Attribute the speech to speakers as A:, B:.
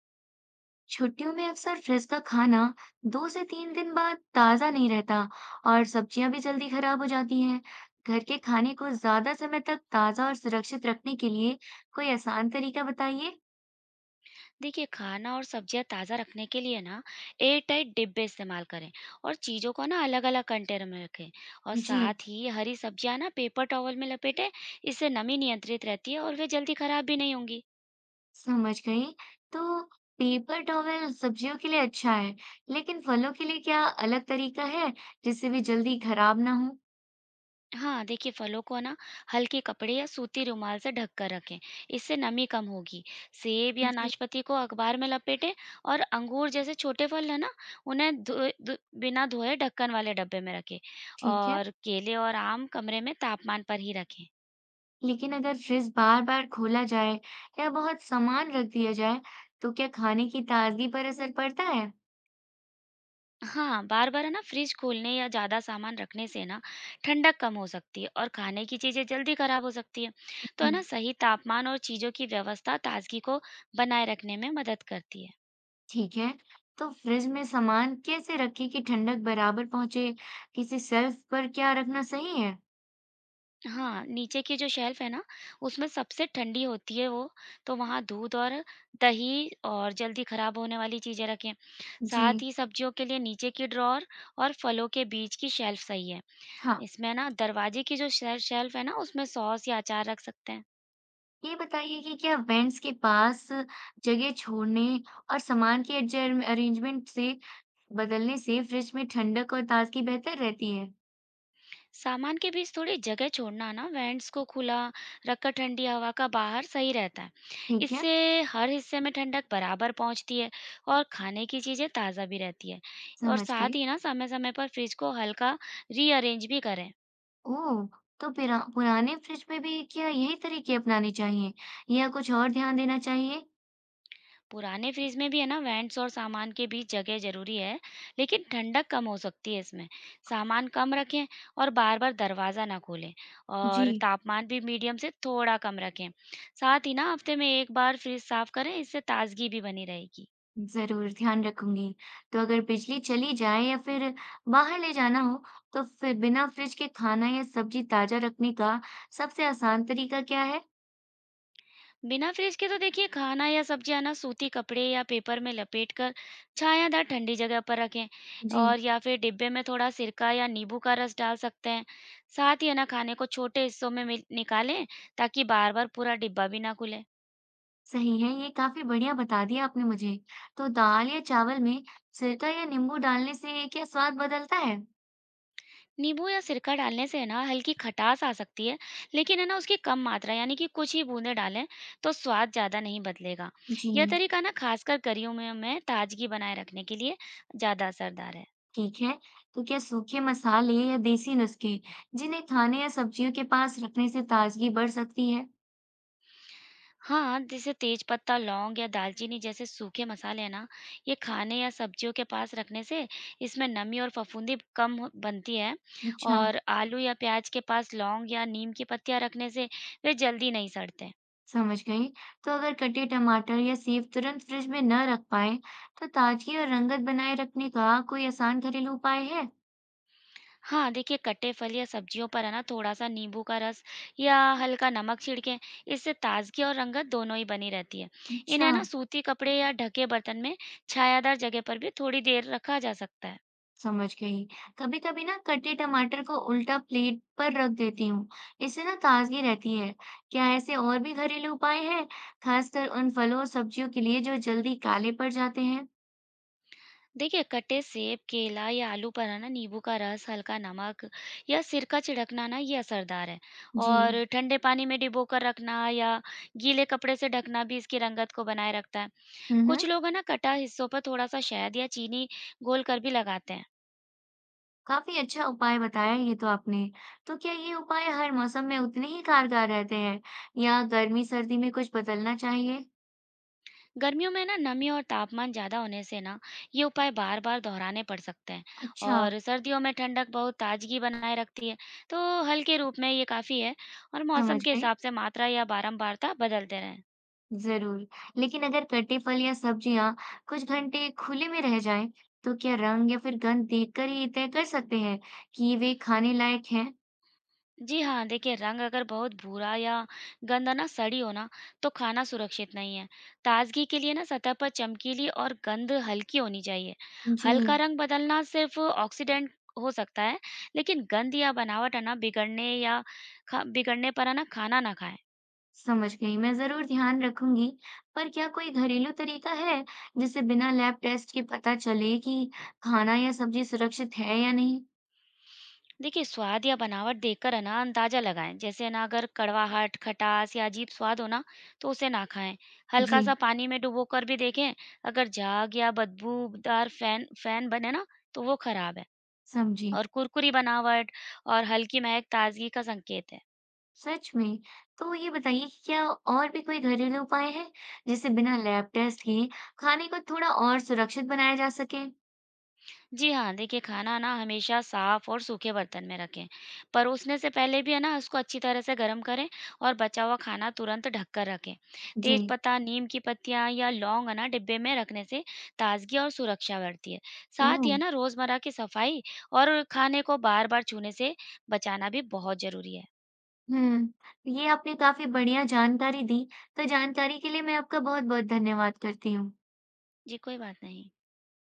A: छुट्टियों में अक्सर फ्रिज का खाना दो से तीन दिन बाद ताज़ा नहीं रहता और सब्जियां भी जल्दी खराब हो जाती हैं। घर के खाने को ज्यादा समय तक ताज़ा और सुरक्षित रखने के लिए कोई आसान तरीका बताइए।
B: देखिए खाना और सब्जियां ताज़ा रखने के लिए ना एयर टाइट डिब्बे इस्तेमाल करें और चीज़ों को ना अलग अलग कंटेनर में रखें और
A: जी,
B: साथ ही हरी सब्जियां ना पेपर टॉवल में लपेटें। इससे नमी नियंत्रित रहती है और वे जल्दी खराब भी नहीं होंगी।
A: समझ गई। तो पेपर टॉवल सब्जियों के लिए अच्छा है, लेकिन फलों के लिए क्या अलग तरीका है जिससे वे जल्दी खराब ना हो?
B: हाँ देखिए फलों को ना हल्के कपड़े या सूती रुमाल से ढक कर रखें। इससे नमी कम होगी। सेब या
A: जी,
B: नाशपाती को अखबार में लपेटें और अंगूर जैसे छोटे फल है ना उन्हें बिना धोए ढक्कन वाले डब्बे में रखें
A: ठीक है।
B: और केले और आम कमरे में तापमान पर ही रखें।
A: लेकिन अगर फ्रिज बार बार खोला जाए या बहुत सामान रख दिया जाए तो क्या खाने की ताजगी पर असर पड़ता है।
B: हाँ, बार-बार है ना फ्रिज खोलने या ज़्यादा सामान रखने से ना ठंडक कम हो सकती है और खाने की चीज़ें जल्दी खराब हो सकती हैं। तो है
A: हम्म।
B: ना सही तापमान और चीज़ों की व्यवस्था ताज़गी को बनाए रखने में मदद करती है।
A: ठीक है। तो फ्रिज में सामान कैसे रखें कि ठंडक बराबर पहुंचे किसी शेल्फ पर क्या रखना सही है।
B: हाँ, नीचे की जो शेल्फ है ना उसमें सबसे ठंडी होती है वो, तो वहाँ दूध और दही और जल्दी खराब होने वाली चीज़ें रखें।
A: जी
B: साथ ही सब्जियों के लिए नीचे की ड्रॉअर और फलों के बीच की शेल्फ सही है।
A: हाँ,
B: इसमें ना दरवाजे की जो शे शेल्फ है ना उसमें सॉस या अचार रख सकते हैं।
A: ये बताइए कि क्या वेंट्स के पास जगह छोड़ने और सामान के अरेंजमेंट से बदलने से फ्रिज में ठंडक और ताजगी बेहतर रहती है।
B: सामान के बीच थोड़ी जगह छोड़ना ना वेंट्स को खुला रखकर ठंडी हवा का बाहर सही रहता है।
A: ठीक है।
B: इससे हर हिस्से में ठंडक बराबर पहुंचती है और खाने की चीजें ताज़ा भी रहती है। और
A: समझ
B: साथ
A: गई।
B: ही ना समय समय पर फ्रिज को हल्का रीअरेंज भी करें।
A: ओह! तो पिरा पुराने फ्रिज में भी क्या यही तरीके अपनाने चाहिए या कुछ और ध्यान देना चाहिए?
B: पुराने फ्रिज में भी है ना वेंट्स और सामान के बीच जगह जरूरी है। लेकिन ठंडक कम हो सकती है इसमें। सामान कम रखें और बार बार दरवाज़ा ना खोलें
A: जी।
B: और तापमान भी मीडियम से थोड़ा कम रखें। साथ ही ना हफ्ते में एक बार फ्रिज साफ करें। इससे ताजगी भी बनी रहेगी।
A: ज़रूर ध्यान रखूँगी। तो अगर बिजली चली जाए या फिर बाहर ले जाना हो तो फिर बिना फ्रिज के खाना या सब्ज़ी ताज़ा रखने का सबसे आसान तरीका क्या है?
B: बिना फ्रिज के तो देखिए खाना या सब्जियां ना सूती कपड़े या पेपर में लपेट कर छायादार ठंडी जगह पर रखें।
A: जी,
B: और या फिर डिब्बे में थोड़ा सिरका या नींबू का रस डाल सकते हैं। साथ ही है ना खाने को छोटे हिस्सों में निकालें ताकि बार बार पूरा डिब्बा भी ना खुले।
A: सही है, ये काफ़ी बढ़िया बता दिया आपने मुझे। तो दाल या चावल में सिरका या नींबू डालने से क्या स्वाद बदलता है?
B: नींबू या सिरका डालने से है ना हल्की खटास आ सकती है, लेकिन है ना उसकी कम मात्रा यानी कि कुछ ही बूंदें डालें तो स्वाद ज़्यादा नहीं बदलेगा।
A: जी।
B: यह तरीका ना खासकर करियों में ताजगी बनाए रखने के लिए ज़्यादा असरदार है।
A: ठीक है। तो क्या सूखे मसाले या देसी नुस्खे जिन्हें खाने या सब्जियों के पास रखने से ताजगी बढ़ सकती है।
B: हाँ, जैसे तेज पत्ता, लौंग या दालचीनी जैसे सूखे मसाले हैं ना, ये खाने या सब्जियों के पास रखने से इसमें नमी और फफूंदी कम हो बनती है।
A: अच्छा।
B: और आलू या प्याज के पास लौंग या नीम की पत्तियाँ रखने से वे जल्दी नहीं सड़ते।
A: समझ गई। तो अगर कटे टमाटर या सेब तुरंत फ्रिज में न रख पाए तो ताजगी और रंगत बनाए रखने का कोई आसान घरेलू उपाय है।
B: हाँ, देखिए कटे फल या सब्जियों पर है ना थोड़ा सा नींबू का रस या हल्का नमक छिड़कें, इससे ताजगी और रंगत दोनों ही बनी रहती है। इन्हें
A: अच्छा।
B: ना सूती कपड़े या ढके बर्तन में छायादार जगह पर भी थोड़ी देर रखा जा सकता है।
A: समझ गई। कभी कभी ना कटे टमाटर को उल्टा प्लेट पर रख देती हूँ, इससे ना ताजगी रहती है। क्या ऐसे और भी घरेलू उपाय हैं, खासकर उन फलों और सब्जियों के लिए जो जल्दी काले पड़ जाते हैं?
B: देखिए कटे सेब, केला या आलू पर है ना नींबू का रस, हल्का नमक या सिरका छिड़कना ना ये असरदार है।
A: जी।
B: और ठंडे पानी में डिबोकर रखना या गीले कपड़े से ढकना भी इसकी रंगत को बनाए रखता है।
A: हम्म।
B: कुछ लोग है ना कटा हिस्सों पर थोड़ा सा शहद या चीनी घोल कर भी लगाते हैं।
A: काफी अच्छा उपाय बताया ये तो आपने। तो क्या ये उपाय हर मौसम में उतने ही कारगर रहते हैं या गर्मी सर्दी में कुछ बदलना चाहिए?
B: गर्मियों में ना नमी और तापमान ज़्यादा होने से ना ये उपाय बार बार दोहराने पड़ सकते हैं।
A: अच्छा।
B: और सर्दियों में ठंडक बहुत ताजगी बनाए रखती है, तो हल्के रूप में ये काफ़ी है। और मौसम
A: समझ
B: के
A: गई।
B: हिसाब से मात्रा या बारंबारता बदलते रहें।
A: जरूर। लेकिन अगर कटे फल या सब्जियां कुछ घंटे खुले में रह जाएं तो क्या रंग या फिर गंध देखकर ही तय कर सकते हैं कि वे खाने लायक हैं?
B: जी हाँ, देखिए रंग अगर बहुत भूरा या गंध ना सड़ी हो ना, तो खाना सुरक्षित नहीं है। ताजगी के लिए ना सतह पर चमकीली और गंध हल्की होनी चाहिए।
A: जी।
B: हल्का रंग बदलना सिर्फ ऑक्सीडेंट हो सकता है, लेकिन गंध या बनावट है ना बिगड़ने या खा बिगड़ने पर है ना खाना ना खाएं।
A: समझ गई, मैं ज़रूर ध्यान रखूंगी। पर क्या कोई घरेलू तरीका है जिससे बिना लैब टेस्ट के पता चले कि खाना या सब्जी सुरक्षित है या नहीं?
B: देखिए, स्वाद या बनावट देखकर है ना अंदाज़ा लगाएँ। जैसे है ना अगर कड़वाहट, खटास या अजीब स्वाद हो ना, तो उसे ना खाएँ।
A: जी,
B: हल्का-सा पानी में डुबोकर भी देखें, अगर झाग या बदबूदार फैन फैन बने ना, तो वो खराब है।
A: समझी।
B: और कुरकुरी बनावट और हल्की महक ताज़गी का संकेत है।
A: सच में? तो ये बताइए कि क्या और भी कोई घरेलू उपाय है जिससे बिना लैब टेस्ट के खाने को थोड़ा और सुरक्षित बनाया जा सके?
B: जी हाँ, देखिए खाना ना हमेशा साफ़ और सूखे बर्तन में रखें। परोसने से पहले भी है ना उसको अच्छी तरह से गर्म करें और बचा हुआ खाना तुरंत ढककर रखें।
A: जी।
B: तेजपत्ता, नीम की पत्तियाँ या लौंग है ना डिब्बे में रखने से ताज़गी और सुरक्षा बढ़ती है। साथ ही
A: ओह!
B: है ना रोज़मर्रा की सफाई और खाने को बार-बार छूने से बचाना भी बहुत ज़रूरी है।
A: हुँ, ये आपने काफ़ी बढ़िया जानकारी दी। तो जानकारी के लिए मैं आपका बहुत-बहुत धन्यवाद करती हूँ।
B: जी, कोई बात नहीं।